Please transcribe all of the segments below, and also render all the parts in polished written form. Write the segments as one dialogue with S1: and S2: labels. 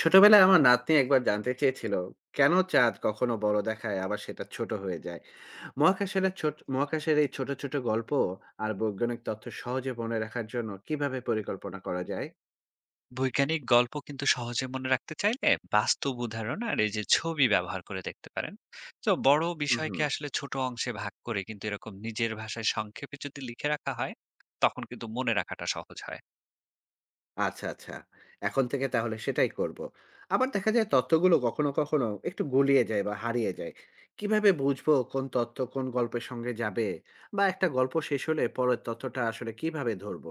S1: ছোটবেলায় আমার নাতনি একবার জানতে চেয়েছিল কেন চাঁদ কখনো বড় দেখায় আবার সেটা ছোট হয়ে যায়। মহাকাশের এই ছোট ছোট গল্প আর বৈজ্ঞানিক তথ্য সহজে মনে রাখার জন্য কিভাবে পরিকল্পনা করা যায়?
S2: বৈজ্ঞানিক গল্প কিন্তু সহজে মনে রাখতে চাইলে বাস্তব উদাহরণ আর এই যে ছবি ব্যবহার করে দেখতে পারেন। তো বড় বিষয়কে
S1: হুম।
S2: আসলে ছোট অংশে ভাগ করে কিন্তু এরকম নিজের ভাষায় সংক্ষেপে যদি লিখে রাখা হয়, তখন কিন্তু মনে রাখাটা সহজ হয়।
S1: আচ্ছা, আচ্ছা, এখন থেকে তাহলে সেটাই করব। আবার দেখা যায় তথ্যগুলো কখনো কখনো একটু গুলিয়ে যায় বা হারিয়ে যায়। কিভাবে বুঝবো কোন তথ্য কোন গল্পের সঙ্গে যাবে, বা একটা গল্প শেষ হলে পরের তথ্যটা আসলে কিভাবে ধরবো?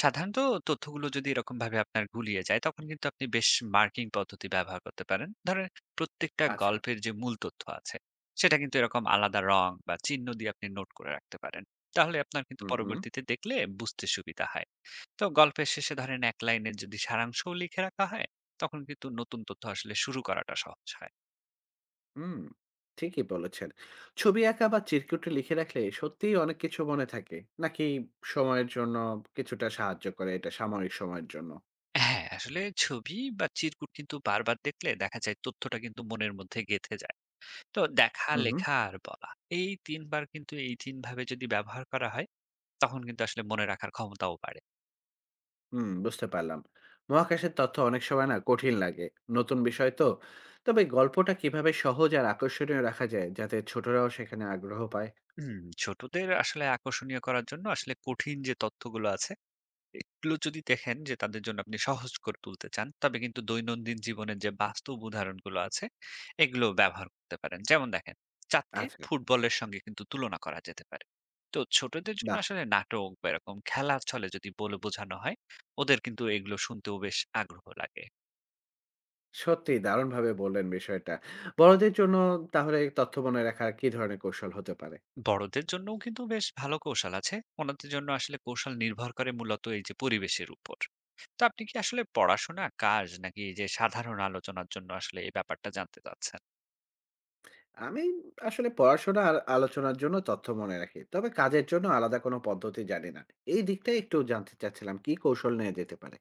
S2: সাধারণত তথ্যগুলো যদি এরকম ভাবে আপনার গুলিয়ে যায়, তখন কিন্তু আপনি বেশ মার্কিং পদ্ধতি ব্যবহার করতে পারেন। ধরেন প্রত্যেকটা
S1: আচ্ছা।
S2: গল্পের যে মূল তথ্য আছে, সেটা কিন্তু এরকম আলাদা রং বা চিহ্ন দিয়ে আপনি নোট করে রাখতে পারেন। তাহলে আপনার কিন্তু
S1: হুম, হুম।
S2: পরবর্তীতে দেখলে বুঝতে সুবিধা হয়। তো গল্পের শেষে ধরেন এক লাইনের যদি সারাংশও লিখে রাখা হয়, তখন কিন্তু নতুন তথ্য আসলে শুরু করাটা সহজ হয়।
S1: হুম, ঠিকই বলেছেন। ছবি আঁকা বা চিরকুটে লিখে রাখলে সত্যিই অনেক কিছু মনে থাকে। নাকি সময়ের জন্য কিছুটা সাহায্য করে, এটা সাময়িক সময়ের জন্য?
S2: হ্যাঁ, আসলে ছবি বা চিরকুট কিন্তু বারবার দেখলে দেখা যায় তথ্যটা কিন্তু মনের মধ্যে গেঁথে যায়। তো দেখা,
S1: হুম, হুম।
S2: লেখা আর বলা, এই তিনবার কিন্তু এই তিন ভাবে যদি ব্যবহার করা হয়, তখন কিন্তু আসলে মনে রাখার ক্ষমতাও বাড়ে।
S1: হুম, বুঝতে পারলাম। মহাকাশের তথ্য অনেক সময় না কঠিন লাগে। নতুন বিষয় তো। তবে গল্পটা কিভাবে সহজ আর আকর্ষণীয় রাখা যায় যাতে ছোটরাও সেখানে আগ্রহ পায়?
S2: হুম, ছোটদের আসলে আকর্ষণীয় করার জন্য আসলে কঠিন যে তথ্যগুলো আছে, এগুলো যদি দেখেন যে তাদের জন্য আপনি সহজ করে তুলতে চান, তবে কিন্তু দৈনন্দিন জীবনের যে বাস্তব উদাহরণগুলো আছে, এগুলো ব্যবহার করতে পারেন। যেমন দেখেন, চাঁদকে
S1: আচ্ছা।
S2: ফুটবলের সঙ্গে কিন্তু তুলনা করা যেতে পারে। তো ছোটদের জন্য
S1: বাহ!
S2: আসলে নাটক বা এরকম খেলার ছলে যদি বলে বোঝানো হয়, ওদের কিন্তু এগুলো শুনতেও বেশ আগ্রহ লাগে।
S1: সত্যিই দারুণভাবে বললেন বিষয়টা। বড়দের জন্য তাহলে তথ্য মনে রাখার কি ধরনের কৌশল হতে পারে?
S2: বড়দের জন্যও কিন্তু বেশ ভালো কৌশল আছে। ওনাদের জন্য আসলে কৌশল নির্ভর করে মূলত এই যে পরিবেশের উপর। তো আপনি কি আসলে পড়াশোনা, কাজ নাকি এই যে সাধারণ আলোচনার জন্য আসলে এই ব্যাপারটা জানতে চাচ্ছেন?
S1: আমি আসলে পড়াশোনা আর আলোচনার জন্য তথ্য মনে রাখি, তবে কাজের জন্য আলাদা কোনো পদ্ধতি জানি না। এই দিকটা একটু জানতে চাচ্ছিলাম, কি কৌশল নিয়ে যেতে পারে।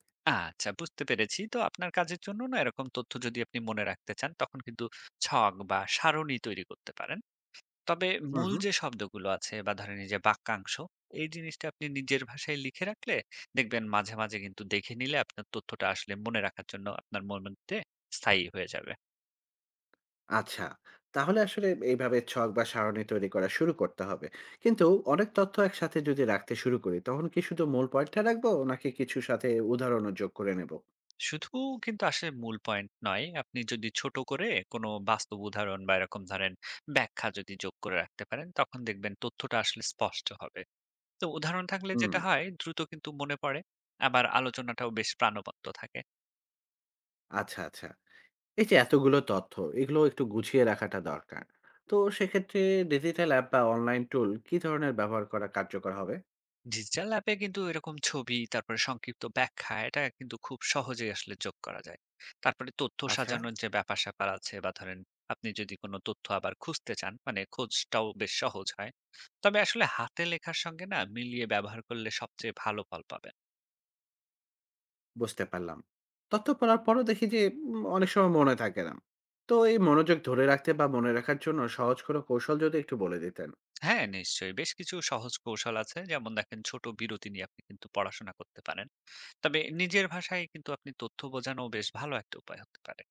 S2: আচ্ছা, বুঝতে পেরেছি। তো আপনার কাজের জন্য না এরকম তথ্য যদি আপনি মনে রাখতে চান, তখন কিন্তু ছক বা সারণী তৈরি করতে পারেন। তবে
S1: হুম,
S2: মূল
S1: হুম।
S2: যে শব্দগুলো আছে বা ধরেন এই যে বাক্যাংশ, এই জিনিসটা আপনি নিজের ভাষায় লিখে রাখলে দেখবেন মাঝে মাঝে কিন্তু দেখে নিলে আপনার তথ্যটা আসলে মনে রাখার জন্য আপনার মনের মধ্যে স্থায়ী হয়ে যাবে।
S1: আচ্ছা, তাহলে আসলে এইভাবে ছক বা সারণী তৈরি করা শুরু করতে হবে। কিন্তু অনেক তথ্য একসাথে যদি রাখতে শুরু করি তখন কি শুধু মূল পয়েন্টটা রাখবো, নাকি কিছুর সাথে উদাহরণও যোগ করে নেব?
S2: শুধু কিন্তু আসলে মূল পয়েন্ট নয়। আপনি যদি ছোট করে কোনো বাস্তব উদাহরণ বা এরকম ধরেন ব্যাখ্যা যদি যোগ করে রাখতে পারেন, তখন দেখবেন তথ্যটা আসলে স্পষ্ট হবে। তো উদাহরণ থাকলে
S1: হুম।
S2: যেটা হয় দ্রুত কিন্তু মনে পড়ে, আবার আলোচনাটাও বেশ প্রাণবন্ত থাকে।
S1: আচ্ছা, আচ্ছা, এই যে এতগুলো তথ্য, এগুলো একটু গুছিয়ে রাখাটা দরকার। তো সেক্ষেত্রে ডিজিটাল অ্যাপ বা অনলাইন টুল কি ধরনের ব্যবহার করা কার্যকর হবে?
S2: ডিজিটাল অ্যাপে কিন্তু এরকম ছবি, তারপরে সংক্ষিপ্ত ব্যাখ্যা, এটা কিন্তু খুব সহজেই আসলে যোগ করা যায়। তারপরে তথ্য
S1: আচ্ছা।
S2: সাজানোর যে ব্যাপার স্যাপার আছে বা ধরেন আপনি যদি কোনো তথ্য আবার খুঁজতে চান, মানে খোঁজটাও বেশ সহজ হয়। তবে আসলে হাতে লেখার সঙ্গে না মিলিয়ে ব্যবহার করলে সবচেয়ে ভালো ফল পাবেন।
S1: বুঝতে পারলাম। তথ্য পড়ার পরও দেখি যে অনেক সময় মনে থাকে না। তো এই মনোযোগ ধরে রাখতে বা মনে রাখার জন্য সহজ কোনো কৌশল যদি একটু বলে দিতেন।
S2: হ্যাঁ, নিশ্চয়ই বেশ কিছু সহজ কৌশল আছে। যেমন দেখেন, ছোট বিরতি নিয়ে আপনি কিন্তু পড়াশোনা করতে পারেন। তবে নিজের ভাষায় কিন্তু আপনি তথ্য বোঝানো বেশ ভালো একটা উপায় হতে পারে।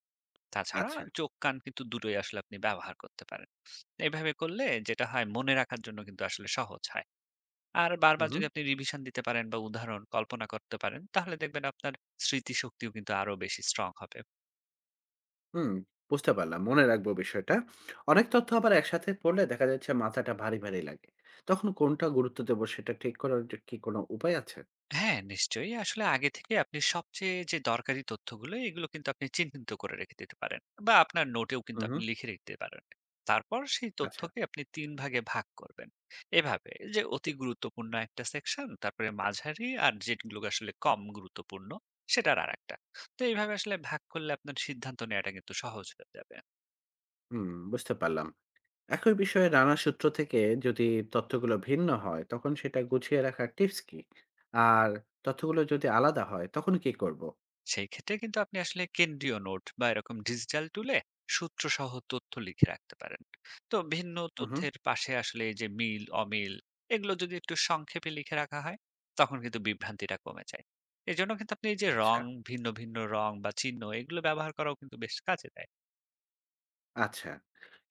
S2: তাছাড়া
S1: আচ্ছা।
S2: চোখ, কান কিন্তু দুটোই আসলে আপনি ব্যবহার করতে পারেন। এইভাবে করলে যেটা হয় মনে রাখার জন্য কিন্তু আসলে সহজ হয়। আর বারবার
S1: হুম।
S2: যদি আপনি রিভিশন দিতে পারেন বা উদাহরণ কল্পনা করতে পারেন, তাহলে দেখবেন আপনার স্মৃতিশক্তিও কিন্তু আরো বেশি স্ট্রং হবে।
S1: হুম, বুঝতে পারলাম, মনে রাখবো বিষয়টা। অনেক তথ্য আবার একসাথে পড়লে দেখা যাচ্ছে মাথাটা ভারী ভারী লাগে। তখন কোনটা গুরুত্ব দেবো সেটা ঠিক করার যে কি কোনো উপায় আছে?
S2: হ্যাঁ, নিশ্চয়ই। আসলে আগে থেকে আপনি সবচেয়ে যে দরকারি তথ্যগুলো, এগুলো কিন্তু আপনি চিহ্নিত করে রেখে দিতে পারেন। বা আপনার নোটেও কিন্তু
S1: হুম।
S2: আপনি লিখে রাখতে পারেন। তারপর সেই
S1: আচ্ছা।
S2: তথ্যকে আপনি ৩ ভাগে ভাগ করবেন। এভাবে যে অতি গুরুত্বপূর্ণ একটা সেকশন, তারপরে মাঝারি আর যেগুলো আসলে কম গুরুত্বপূর্ণ, সেটার আরেকটা। তো এইভাবে আসলে ভাগ করলে আপনার সিদ্ধান্ত নেওয়াটা কিন্তু সহজ হয়ে যাবে।
S1: হুম, বুঝতে পারলাম। একই বিষয়ে নানা সূত্র থেকে যদি তথ্যগুলো ভিন্ন হয় তখন সেটা গুছিয়ে রাখার টিপস কি? আর তথ্যগুলো যদি আলাদা হয় তখন কি করব?
S2: সেই ক্ষেত্রে কিন্তু আপনি আসলে কেন্দ্রীয় নোট বা এরকম ডিজিটাল টুলে সূত্র সহ তথ্য লিখে রাখতে পারেন। তো ভিন্ন
S1: হুম।
S2: তথ্যের পাশে আসলে এই যে মিল অমিল, এগুলো যদি একটু সংক্ষেপে লিখে রাখা হয়, তখন কিন্তু বিভ্রান্তিটা কমে যায়। এর জন্য কিন্তু আপনি এই যে রং,
S1: আচ্ছা।
S2: ভিন্ন ভিন্ন রং বা চিহ্ন, এগুলো ব্যবহার করাও কিন্তু বেশ কাজে দেয়।
S1: আচ্ছা,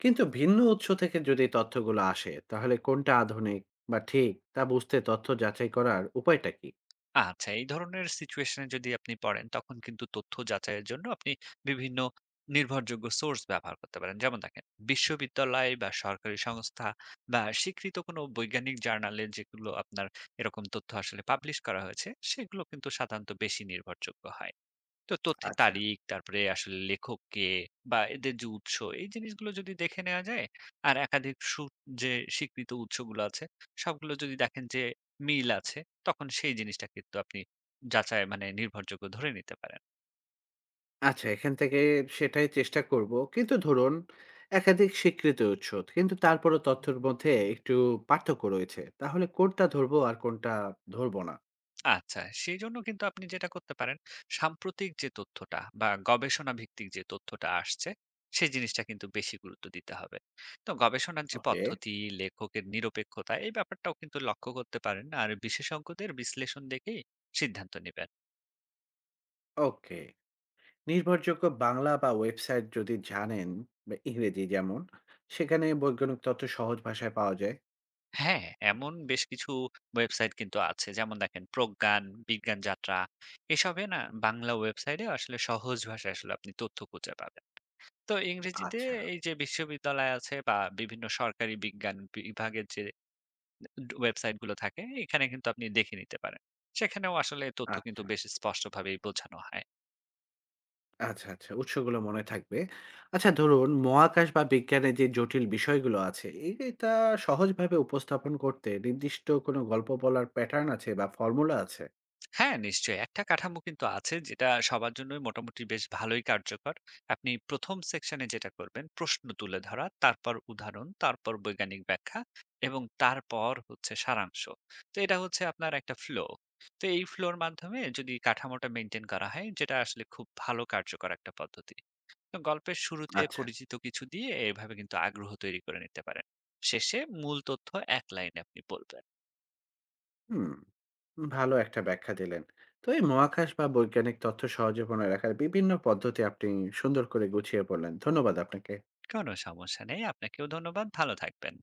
S1: কিন্তু ভিন্ন উৎস থেকে যদি তথ্যগুলো আসে তাহলে কোনটা আধুনিক বা ঠিক, তা বুঝতে তথ্য যাচাই করার উপায়টা কি?
S2: আচ্ছা, এই ধরনের সিচুয়েশন এ যদি আপনি পড়েন, তখন কিন্তু তথ্য যাচাইয়ের জন্য আপনি বিভিন্ন নির্ভরযোগ্য সোর্স ব্যবহার করতে পারেন। যেমন দেখেন, বিশ্ববিদ্যালয় বা সরকারি সংস্থা বা স্বীকৃত কোনো বৈজ্ঞানিক জার্নালে যেগুলো আপনার এরকম তথ্য আসলে পাবলিশ করা হয়েছে, সেগুলো কিন্তু সাধারণত বেশি নির্ভরযোগ্য হয়। তো তথ্যের
S1: আচ্ছা।
S2: তারিখ, তারপরে আসলে লেখক কে বা এদের যে উৎস, এই জিনিসগুলো যদি দেখে নেওয়া যায়, আর একাধিক সু যে স্বীকৃত উৎসগুলো আছে, সবগুলো যদি দেখেন যে মিল আছে, তখন সেই জিনিসটা কিন্তু আপনি যাচাই মানে নির্ভরযোগ্য ধরে নিতে পারেন।
S1: আচ্ছা, এখান থেকে সেটাই চেষ্টা করব। কিন্তু ধরুন একাধিক স্বীকৃত উৎস, কিন্তু তারপরও তথ্যের মধ্যে একটু পার্থক্য রয়েছে, তাহলে কোনটা ধরবো আর কোনটা ধরবো না?
S2: আচ্ছা, সেজন্য কিন্তু আপনি যেটা করতে পারেন, সাম্প্রতিক যে তথ্যটা বা গবেষণা ভিত্তিক যে তথ্যটা আসছে, সেই জিনিসটা কিন্তু বেশি গুরুত্ব দিতে হবে। তো গবেষণার যে
S1: ওকে।
S2: পদ্ধতি, লেখকের নিরপেক্ষতা, এই ব্যাপারটাও কিন্তু লক্ষ্য করতে পারেন। আর বিশেষজ্ঞদের বিশ্লেষণ দেখেই সিদ্ধান্ত নিবেন।
S1: ওকে। নির্ভরযোগ্য বাংলা বা ওয়েবসাইট যদি জানেন, বা ইংরেজি, যেমন, সেখানে বৈজ্ঞানিক তথ্য সহজ ভাষায় পাওয়া যায়?
S2: হ্যাঁ, এমন বেশ কিছু ওয়েবসাইট কিন্তু আছে। যেমন দেখেন প্রজ্ঞান, বিজ্ঞান যাত্রা, এসবে না বাংলা ওয়েবসাইটে আসলে সহজ ভাষায় আসলে আপনি তথ্য খুঁজে পাবেন। তো ইংরেজিতে
S1: আচ্ছা,
S2: এই যে বিশ্ববিদ্যালয় আছে বা বিভিন্ন সরকারি বিজ্ঞান বিভাগের যে ওয়েবসাইট গুলো থাকে, এখানে কিন্তু আপনি দেখে নিতে পারেন। সেখানেও আসলে তথ্য কিন্তু
S1: আচ্ছা,
S2: বেশ স্পষ্টভাবেই বোঝানো হয়।
S1: আচ্ছা, আচ্ছা। উৎসগুলো মনে থাকবে। আচ্ছা ধরুন, মহাকাশ বা বিজ্ঞানের যে জটিল বিষয়গুলো আছে, এটা সহজভাবে উপস্থাপন করতে নির্দিষ্ট কোনো গল্প বলার প্যাটার্ন আছে বা ফর্মুলা আছে?
S2: হ্যাঁ, নিশ্চয়ই। একটা কাঠামো কিন্তু আছে যেটা সবার জন্যই মোটামুটি বেশ ভালোই কার্যকর। আপনি ১ম সেকশনে যেটা করবেন প্রশ্ন তুলে ধরা, তারপর উদাহরণ, তারপর বৈজ্ঞানিক ব্যাখ্যা, এবং তারপর হচ্ছে সারাংশ। তো এটা হচ্ছে আপনার একটা ফ্লো। তো এই ফ্লোর মাধ্যমে যদি কাঠামোটা মেইনটেইন করা হয়, যেটা আসলে খুব ভালো কার্যকর একটা পদ্ধতি। তো গল্পের শুরুতে
S1: আচ্ছা।
S2: পরিচিত কিছু দিয়ে এভাবে কিন্তু আগ্রহ তৈরি করে নিতে পারেন। শেষে মূল তথ্য এক লাইনে আপনি বলবেন।
S1: হুম, ভালো একটা ব্যাখ্যা দিলেন। তো এই মহাকাশ বা বৈজ্ঞানিক তথ্য সহজে মনে রাখার বিভিন্ন পদ্ধতি আপনি সুন্দর করে গুছিয়ে বললেন। ধন্যবাদ আপনাকে।
S2: কোনো সমস্যা নেই। আপনাকেও ধন্যবাদ। ভালো থাকবেন।